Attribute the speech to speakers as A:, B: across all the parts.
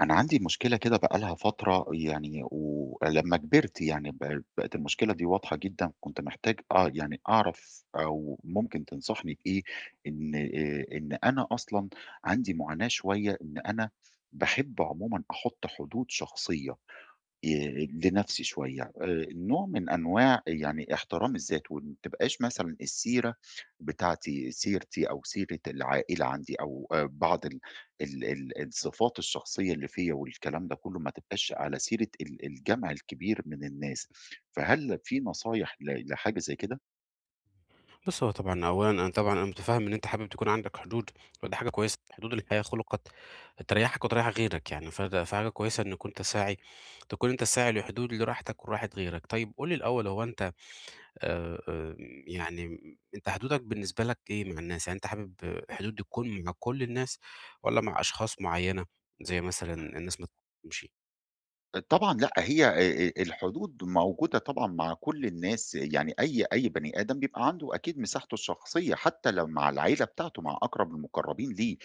A: أنا عندي مشكلة كده بقى لها فترة يعني، ولمّا كبرت يعني بقت المشكلة دي واضحة جدًا، كنت محتاج يعني أعرف أو ممكن تنصحني بإيه إن أنا أصلًا عندي معاناة شوية، إن أنا باحب عمومًا أحُط حدود شخصية لنَفْسي شوية، نوع من أنواع يعني احترام الذات، وما تبقاش مثلًا السيرة بتاعتي، سيرتي أو سيرة العائلة عندي، أو بعض ال الصفات الشخصية اللي فيّا والكلام ده كُلّه، ما تبقاش على سيرة الجمع الكبير من الناس. فهل في نصايح لحاجة زي كده؟
B: بُص، هو طبعًا أولًا أنا مُتفهِّم إن أنت حابب تكون عندك حدود، ودي حاجة كويسة. الحدود الحقيقة خُلقت تريّحك وتريّح غيرك يعني، فده فحاجة كويسة إن كنت ساعي تكون أنت ساعي لحدود لراحتك وراحة غيرك. طيب قُل لي الأول، هو أنت آآ آآ يعني أنت، حدودك بالنسبة لك إيه مع الناس؟ يعني أنت حابب الحدود دي تكون مع كل الناس والّا مع أشخاص معيّنة، زي مثلًا الناس ما تمشي.
A: طبعًا لأ، هي الحدود موجودة طبعًا مع كل الناس، يعني أي بني آدم بيبقى عنده أكيد مساحته الشخصية، حتى لو مع العيلة بتاعته، مع أقرب المقربين ليه،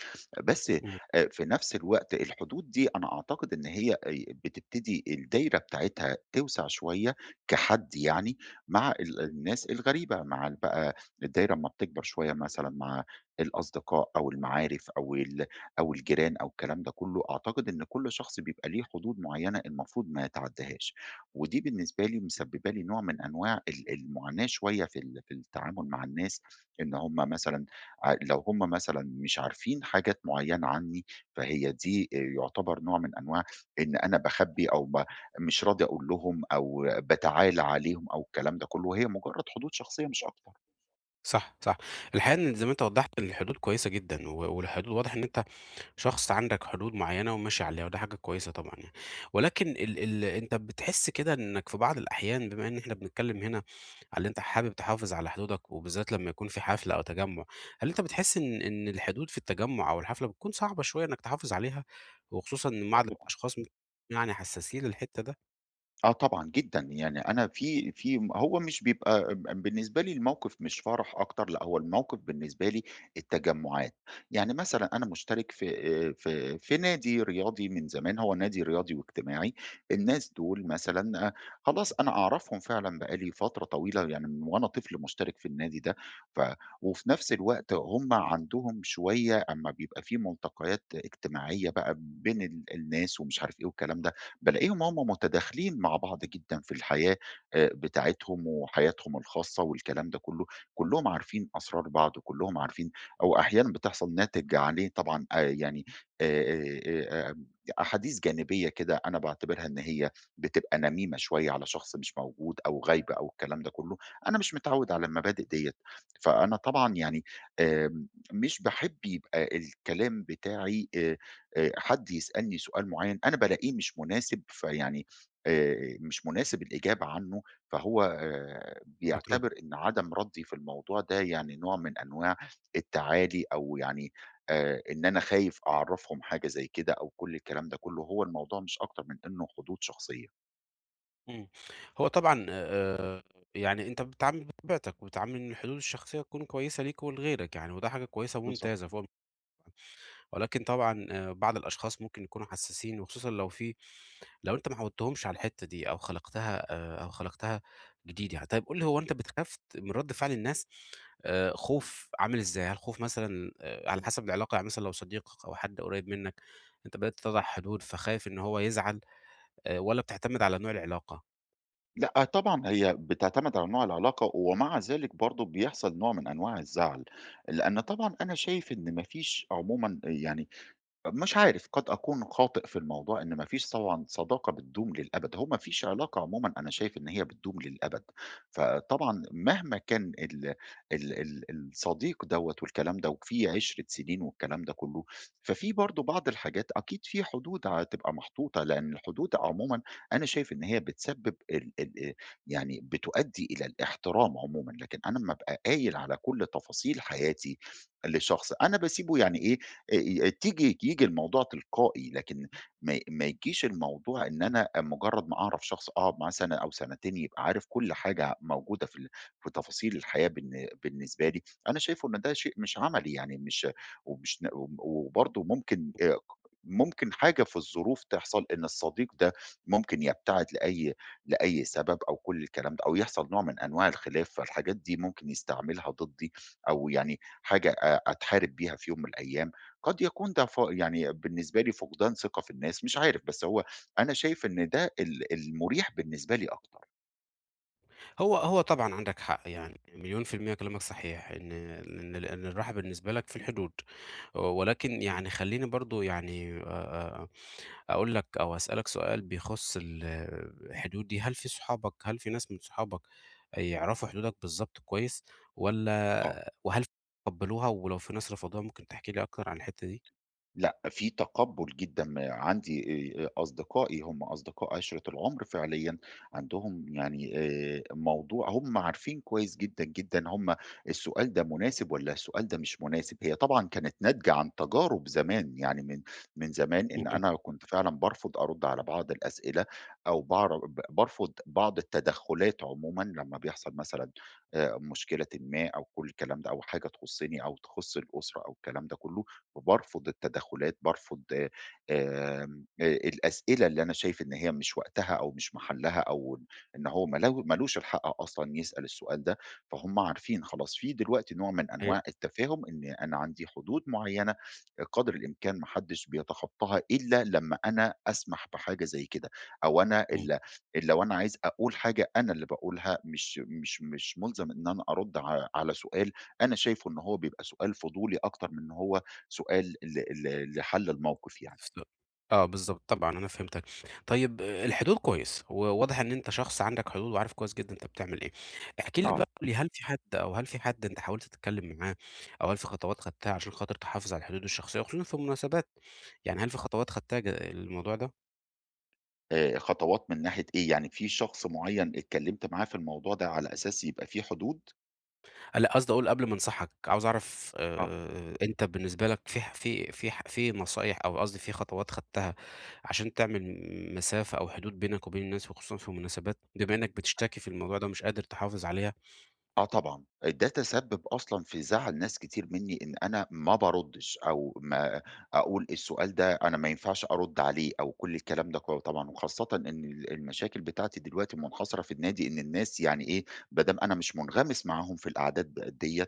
A: بس
B: إمم.
A: في نفس الوقت الحدود دي أنا أعتقد إن هي بتبتدي الدايرة بتاعتها توسع شوية كحد يعني، مع الناس الغريبة، مع بقى الدايرة أمّا بتكبر شوية مثلًا مع الأصدقاء أو المعارف أو أو الجيران أو الكلام ده كله، أعتقد إن كل شخص بيبقى ليه حدود معيّنة المفروض ما يتعدّهاش، ودي بالنسبة لي مسبّبة لي نوع من أنواع المعاناة شوية في في التعامل مع الناس، إن هم مثلًا لو هم مثلًا مش عارفين حاجات معيّنة عني، فهي دي يُعتبر نوع من أنواع إن أنا باخبّي أو مش راضي أقول لهم، أو باتعالى عليهم أو الكلام ده كله، وهي مجرّد حدود شخصية مش أكتر.
B: صح، صح. الحقيقة، إن زي ما أنت وضّحت، الحدود كويسة جدًا، والحدود واضح إن أنت شخص عندك حدود معينة وماشي عليها، وده حاجة كويسة طبعًا يعني. ولكن ال ال أنت بتحس كده إنك في بعض الأحيان، بما إن إحنا بنتكلم هنا على اللي أنت حابب تحافظ على حدودك، وبالذات لمّا يكون في حفلة أو تجمُّع، هل أنت بتحس إن الحدود في التجمُّع أو الحفلة بتكون صعبة شوية إنك تحافظ عليها، وخصوصًا مع أشخاص يعني حساسين للحتّة ده؟
A: آه طبعًا جدًا، يعني أنا في في م هو مش بيبقى بالنسبة لي، الموقف مش فرح أكتر، لأ هو الموقف بالنسبة لي التجمُّعات، يعني مثلًا أنا مشترك في في نادي رياضي من زمان، هو نادي رياضي واجتماعي، الناس دول مثلًا خلاص أنا أعرفهم فعلًا، بقى لي فترة طويلة، يعني من وأنا طفل مشترك في النادي ده، ف وفي نفس الوقت هم عندهم شوية، أمّا بيبقى في ملتقيات اجتماعية بقى بين الناس ومش عارف إيه والكلام ده، بالاقيهم هُم متداخلين مع بعض جدًا في الحياة بتاعتهم وحياتهم الخاصة والكلام ده كُلّه، كُلّهم عارفين أسرار بعض، كُلّهم عارفين، أو أحيانًا بتحصل ناتج عليه طبعًا آآ آآ آآ أحاديث جانبية كده، أنا باعتبرها إن هي بتبقى نميمة شوية على شخص مش موجود أو غايبة أو الكلام ده كُلّه، أنا مش متعوّد على المبادئ ديّة، فأنا طبعًا يعني آمم مش باحب يبقى الكلام بتاعي حد يسألني سؤال معيّن أنا بالاقيه مش مناسب، فيعني مش مناسب الإجابة عنّه، فهو
B: بترد.
A: بيعتبر إن عدم ردّي في الموضوع ده يعني نوع من أنواع التعالي، أو يعني إن أنا خايف أعرّفهم حاجة زي كده أو كل الكلام ده كُلّه، هو الموضوع مش أكتر من إنّه حدود شخصية.
B: إمم. هو طبعًا يعني أنت بتتعامل بطبيعتك، وبتتعامل إن الحدود الشخصية تكون كويسة ليك ولغيرك يعني، وده حاجة كويسة
A: بالضبط.
B: وممتازة فوق. ولكن طبعًا بعض الأشخاص ممكن يكونوا حسّاسين، وخصوصًا لو أنت ما عوّدتهمش على الحتّة دي، أو خلقتها أو خلقتها جديد يعني. طيب قُل لي، هو أنت بتخاف من رَد فعل الناس، خوف عامل إزاي؟ هل خوف مثلًا على حسب العلاقة؟ يعني مثلًا لو صديقك أو حد قريّب منّك، أنت بدأت تضع حدود فخايف إن هو يزعل، والّا بتعتمد على نوع العلاقة؟
A: لأ طبعًا هي بتعتمد على نوع العلاقة، ومع ذلك برضه بيحصل نوع من أنواع الزعل، لإن طبعًا أنا شايف إن ما فيش عمومًا يعني، مش عارف، قد أكون خاطئ في الموضوع، إن ما فيش طبعًا صداقة بتدوم للأبد، هو ما فيش علاقة عمومًا أنا شايف إن هي بتدوم للأبد، فطبعًا مهما كان ال الصديق دوّة والكلام ده، وفي عِشرة سنين والكلام ده كلّه، ففي برضه بعض الحاجات أكيد في حدود هتبقى محطوطة، لأن الحدود عمومًا أنا شايف إن هي بتسبب ال ال يعني بتؤدي إلى الاحترام عمومًا، لكن أنا أمّا أبقى قايل على كل تفاصيل حياتي لشخص، أنا باسيبه يعني إيه، ييجي الموضوع تلقائي، لكن ما يجيش الموضوع إن أنا مجرّد ما أعرف شخص أقعد معاه سَنة أو سَنتين يبقى عارف كل حاجة موجودة في في تفاصيل الحياة بالنسبة لي، أنا شايفه إن ده شيء مش عملي يعني مش، ومش وبرضه ممكن ق ممكن حاجة في الظروف تحصل إن الصديق ده ممكن يبتعد لأي سبب أو كل الكلام ده، أو يحصل نوع من أنواع الخلاف، فالحاجات دي ممكن يستعملها ضدي، أو يعني حاجة أتحارب بيها في يوم من الأيام. قد يكون ده يعني بالنسبة لي فقدان ثقة في الناس، مش عارف، بس هو أنا شايف إن ده المُريح بالنسبة لي أكتر.
B: هو طبعًا عندك حق، يعني مليون في المِيّة كلامك صحيح، إن إن ال إن الراحة بالنسبة لك في الحدود. ولكن يعني خلّيني برضه يعني أقول لك، أو هاسألك سؤال بيخُص الحدود دي. هل في ناس من صحابك يعرفوا حدودك بالضبط كويس،
A: آه.
B: وهل تقبّلوها، ولو في ناس رفضوها، ممكن تحكي لي أكتر عن الحتّة دي؟
A: لأ، في تقبُّل جدًا عندي، أصدقائي هم أصدقاء عِشرة العُمر فعليًا، عندهم يعني موضوع هم عارفين كويس جدًا، جدًا، هم السؤال ده مناسب والّا السؤال ده مش مناسب، هي طبعًا كانت ناتجة عن تجارب زمان، يعني من زمان إن
B: اهم.
A: أنا كنت فعلًا بارفض أرُد على بعض الأسئلة، أو باعر ب بارفض بعض التدخُّلات عمومًا لمّا بيحصل مثلًا مشكلةٍ ما أو كل الكلام ده أو حاجة تخُصّني أو تخُص الأسرة أو الكلام ده كُلّه، وبارفض التدخلات، بارفض آمم، الأسئلة اللي أنا شايف إن هي مش وقتها أو مش محلها، أو إن هو ما لوش الحق أصلًا يسأل السؤال ده، فهُم عارفين خلاص في دلوقتي نوع من
B: أيوه.
A: أنواع التفاهم إن أنا عندي حدود معيّنة، قدر الإمكان ما حدش بيتخطاها إلا لمّا أنا أسمح بحاجة زي كده، أو أنا
B: إمم.
A: لو أنا عايز أقول حاجة أنا اللي باقولها، مش مُلزم إن أنا أرُد على سؤال أنا شايفه إن هو بيبقى سؤال فضولي أكتر من إن هو سؤال ل ل لحل الموقف يعني.
B: ف آه، بالضبط، طبعًا أنا فهمتك. طيب آه، الحدود كويس، وواضح إن أنت شخص عندك حدود وعارف كويس جدًا أنت بتعمل إيه. احكِ لي
A: آه.
B: بقى، قُل لي، هل في حد أنت حاولت تتكلم معاه، أو هل في خطوات خدتها عشان خاطر تحافظ على الحدود الشخصية، وخصوصًا في المناسبات؟ يعني هل في خطوات خدتها للموضوع ده؟
A: خطوات من ناحية إيه؟ يعني في شخص معيّن اتكلّمت معاه في الموضوع ده على أساس يبقى في حدود؟
B: لأ، قصدي أقول، قبل ما أنصحك، عاوز أعرف
A: آه.
B: أنت بالنسبة لك، في نصايح، أو قصدي في خطوات خدتها عشان تعمل مسافة أو حدود بينك وبين الناس، وخصوصًا في المناسبات، بما إنك بتشتكي في الموضوع ده ومش قادر تحافظ عليها؟
A: آه طبعًا، ده تسبّب أصلًا في زعل ناس كتير منّي إن أنا ما باردّش، أو ما أقول السؤال ده أنا ما ينفعش أرُد عليه أو كل الكلام ده كُلّه طبعًا، وخاصةً إن المشاكل بتاعتي دلوقتي منحصرة في النادي، إن الناس يعني إيه، ما دام أنا مش منغمس معاهم في القعدات ديّة،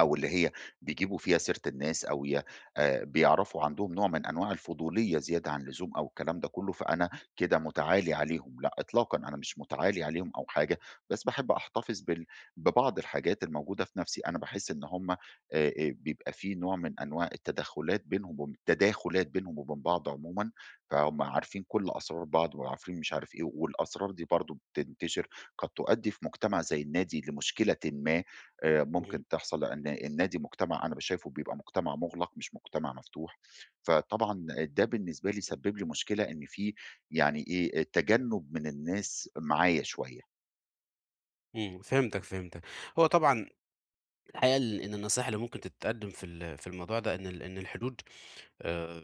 A: أو اللي هي بيجيبوا فيها سيرة الناس، أو ي بيعرفوا، عندهم نوع من أنواع الفضولية زيادة عن اللزوم أو الكلام ده كله، فأنا كده مُتعالي عليهم، لأ إطلاقًا، أنا مش مُتعالي عليهم أو حاجة، بس باحب أحتفظ ببعض الحاجات الموجودة في نَفْسي، أنا باحس إن هُم بيبقى في نوع من أنواع التدخُّلات بينهم التداخُلات بينهم وبين بعض عمومًا، فهُم عارفين كل أسرار بعض وعارفين مش عارف إيه، والأسرار دي برضه بتنتشر، قد تؤدّي في مجتمع زي النادي لمشكلةٍ ما،
B: اهم.
A: ممكن تحصل، لإن النادي مجتمع أنا شايفه بيبقى مجتمع مُغلق مش مجتمع مفتوح، فطبعًا ده بالنسبة لي سبِّب لي مشكلة، إن في يعني إيه، تجنُّب من الناس معايا شوية.
B: إمم، فهمتك، فهمتك. هو طبعًا الحقيقة، إن النصيحة اللي ممكن تتقدم في الموضوع ده، إن إن الحدود آآ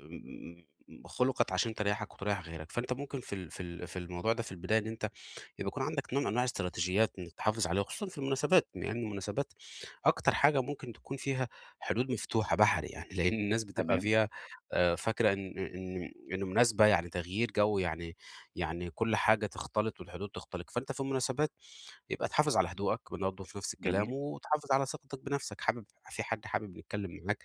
B: خُلقت عشان تريّحك وتريّح غيرك. فأنت ممكن في الموضوع ده، في البداية، إن أنت يبقى يكون عندك نوع من أنواع الاستراتيجيات إنك تحافظ عليها، خصوصًا في المناسبات، لإن يعني المناسبات أكتر حاجة ممكن تكون فيها حدود مفتوحة بحري يعني، لإن الناس بتبقى
A: تمام.
B: فيها فاكرة إن مناسبة يعني تغيير جو يعني كل حاجة تختلط والحدود تختلق. فأنت في المناسبات يبقى تحافظ على هدوءك برضه في نفس الكلام،
A: جميل.
B: وتحافظ على ثقتك بنفسك. في حد حابب يتكلم معاك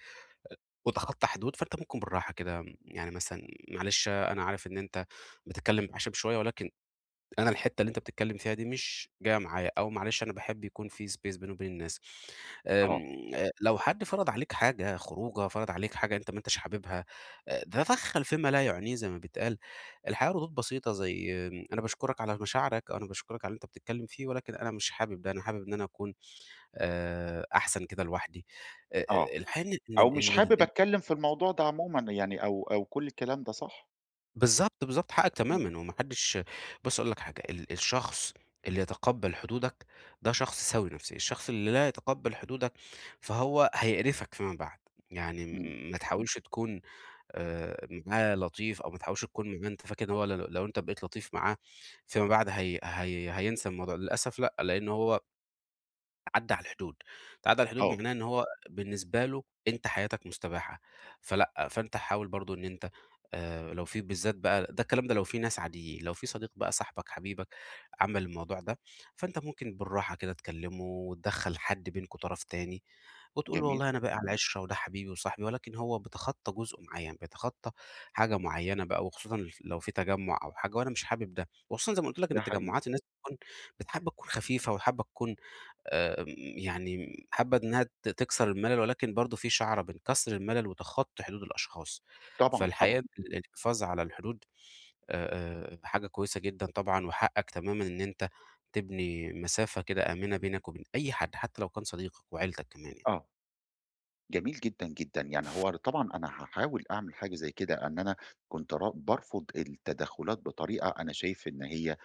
B: وتخطّى حدود، فأنت ممكن بالراحة كده، يعني مثلًا معلش، أنا عارف إن أنت بتتكلّم بعشم شوية، ولكن أنا الحتّة اللي أنت بتتكلّم فيها دي مش جاية معايا. أو معلش، أنا باحب يكون في space بيني وبين الناس.
A: آه.
B: آمم، لو حد فرض عليك حاجة، خروجة، فرض عليك حاجة أنت ما أنتش حاببها، تدخّل فيما لا يعنيه زي ما بيتقال. الحقيقة، ردود بسيطة زي أنا باشكرك على مشاعرك، أو أنا باشكرك على اللي أنت بتتكلّم فيه، ولكن أنا مش حابب ده، أنا حابب إن أنا أكون أحسن كده لوحدي.
A: آه.
B: الحقيقة إن
A: أو
B: إن
A: مش
B: إن
A: حابب
B: ال
A: أتكلّم في الموضوع ده عمومًا يعني، أو كل الكلام ده، صح؟
B: بالضبط، بالضبط، حقك
A: إمم.
B: تمامًا، هو ما حدش. بُص أقول لك حاجة، الشخص اللي يتقبّل حدودك ده شخص سوي نفسيًا، الشخص اللي لا يتقبّل حدودك فهو هيقرفك فيما بعد. يعني
A: إمم.
B: ما تحاولش تكون معاه لطيف، أو ما تحاولش تكون معاه أنت فاكر إن هو، لو أنت بقيت لطيف معاه فيما بعد هي هينسى الموضوع، للأسف لأ، لأن هو عدّى على الحدود، تعدّى على الحدود. إمم.
A: آه.
B: معناه إن هو بالنسبة له أنت حياتك مستباحة، فلأ، فأنت حاول برضه إن أنت لو في بالذات بقى، ده الكلام ده لو في ناس عاديين، لو في صديق بقى صاحبك حبيبك عمل الموضوع ده، فأنت ممكن بالراحة كده تكلمه، وتدخّل حد بينكم طرف تاني، وتقول له
A: جميل.
B: والله أنا باقي على عِشرة وده حبيبي وصاحبي، ولكن هو بيتخطى جزء معيّن، بيتخطى حاجة معيّنة بقى، وخصوصًا لو في تجمُّع أو حاجة، وأنا مش حابب ده. وخصوصًا زي ما قُلت لك إن
A: ده حقيقي.
B: التجمعات، الناس بتكون، حابة تكون خفيفة، وحابة تكون آآ يعني حابة إنها تكسر الملل، ولكن برضه في شعرة بين كسر الملل وتخطي حدود الأشخاص.
A: طبعًا، طبعًا.
B: فالحقيقة الحفاظ على الحدود حاجة كويسة جدًا طبعًا، وحقك تمامًا إن أنت تبني مسافة كده آمنة بينك وبين أي حد، حتى لو كان صديقك وعيلتك كمان يعني.
A: آه. جميل جدًا، جدًا. يعني هو طبعًا أنا هاحاول أعمل حاجة زي كده، إن أنا كنت بارفض التدخُّلات بطريقة أنا شايف إن هي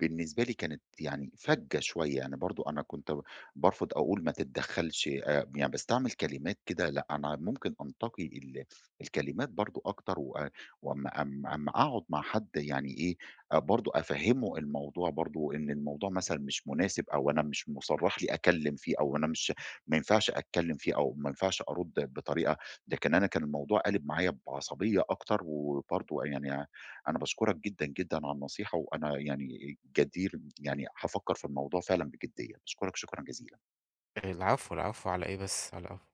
A: بالنسبة لي كانت يعني فَجّة شوية، أنا برضه أنا كنت بارفض أقول ما تتدخّلش، يعني باستعمل كلمات كده لأ، أنا ممكن أنتقي الكلمات برضه أكتر وأمّا أمّا أقعد مع حد يعني إيه، برضه أفهّمه الموضوع برضه إن الموضوع مثلًا مش مناسب، أو أنا مش مُصرّح لي أكلّم فيه، أو أنا مش ما ينفعش أتكلّم فيه، أو ما ينفعش أرُد بطريقة، لكن أنا كان الموضوع قالب معايا بعصبية أكتر، وبرضه يعني أنا باشكرك جدًا، جدًا على النصيحة، وأنا يعني جدير يعني هافكّر في الموضوع فعلًا بجدية، باشكرك شكرًا جزيلًا.
B: العفو، العفو على إيه بس، على العفو.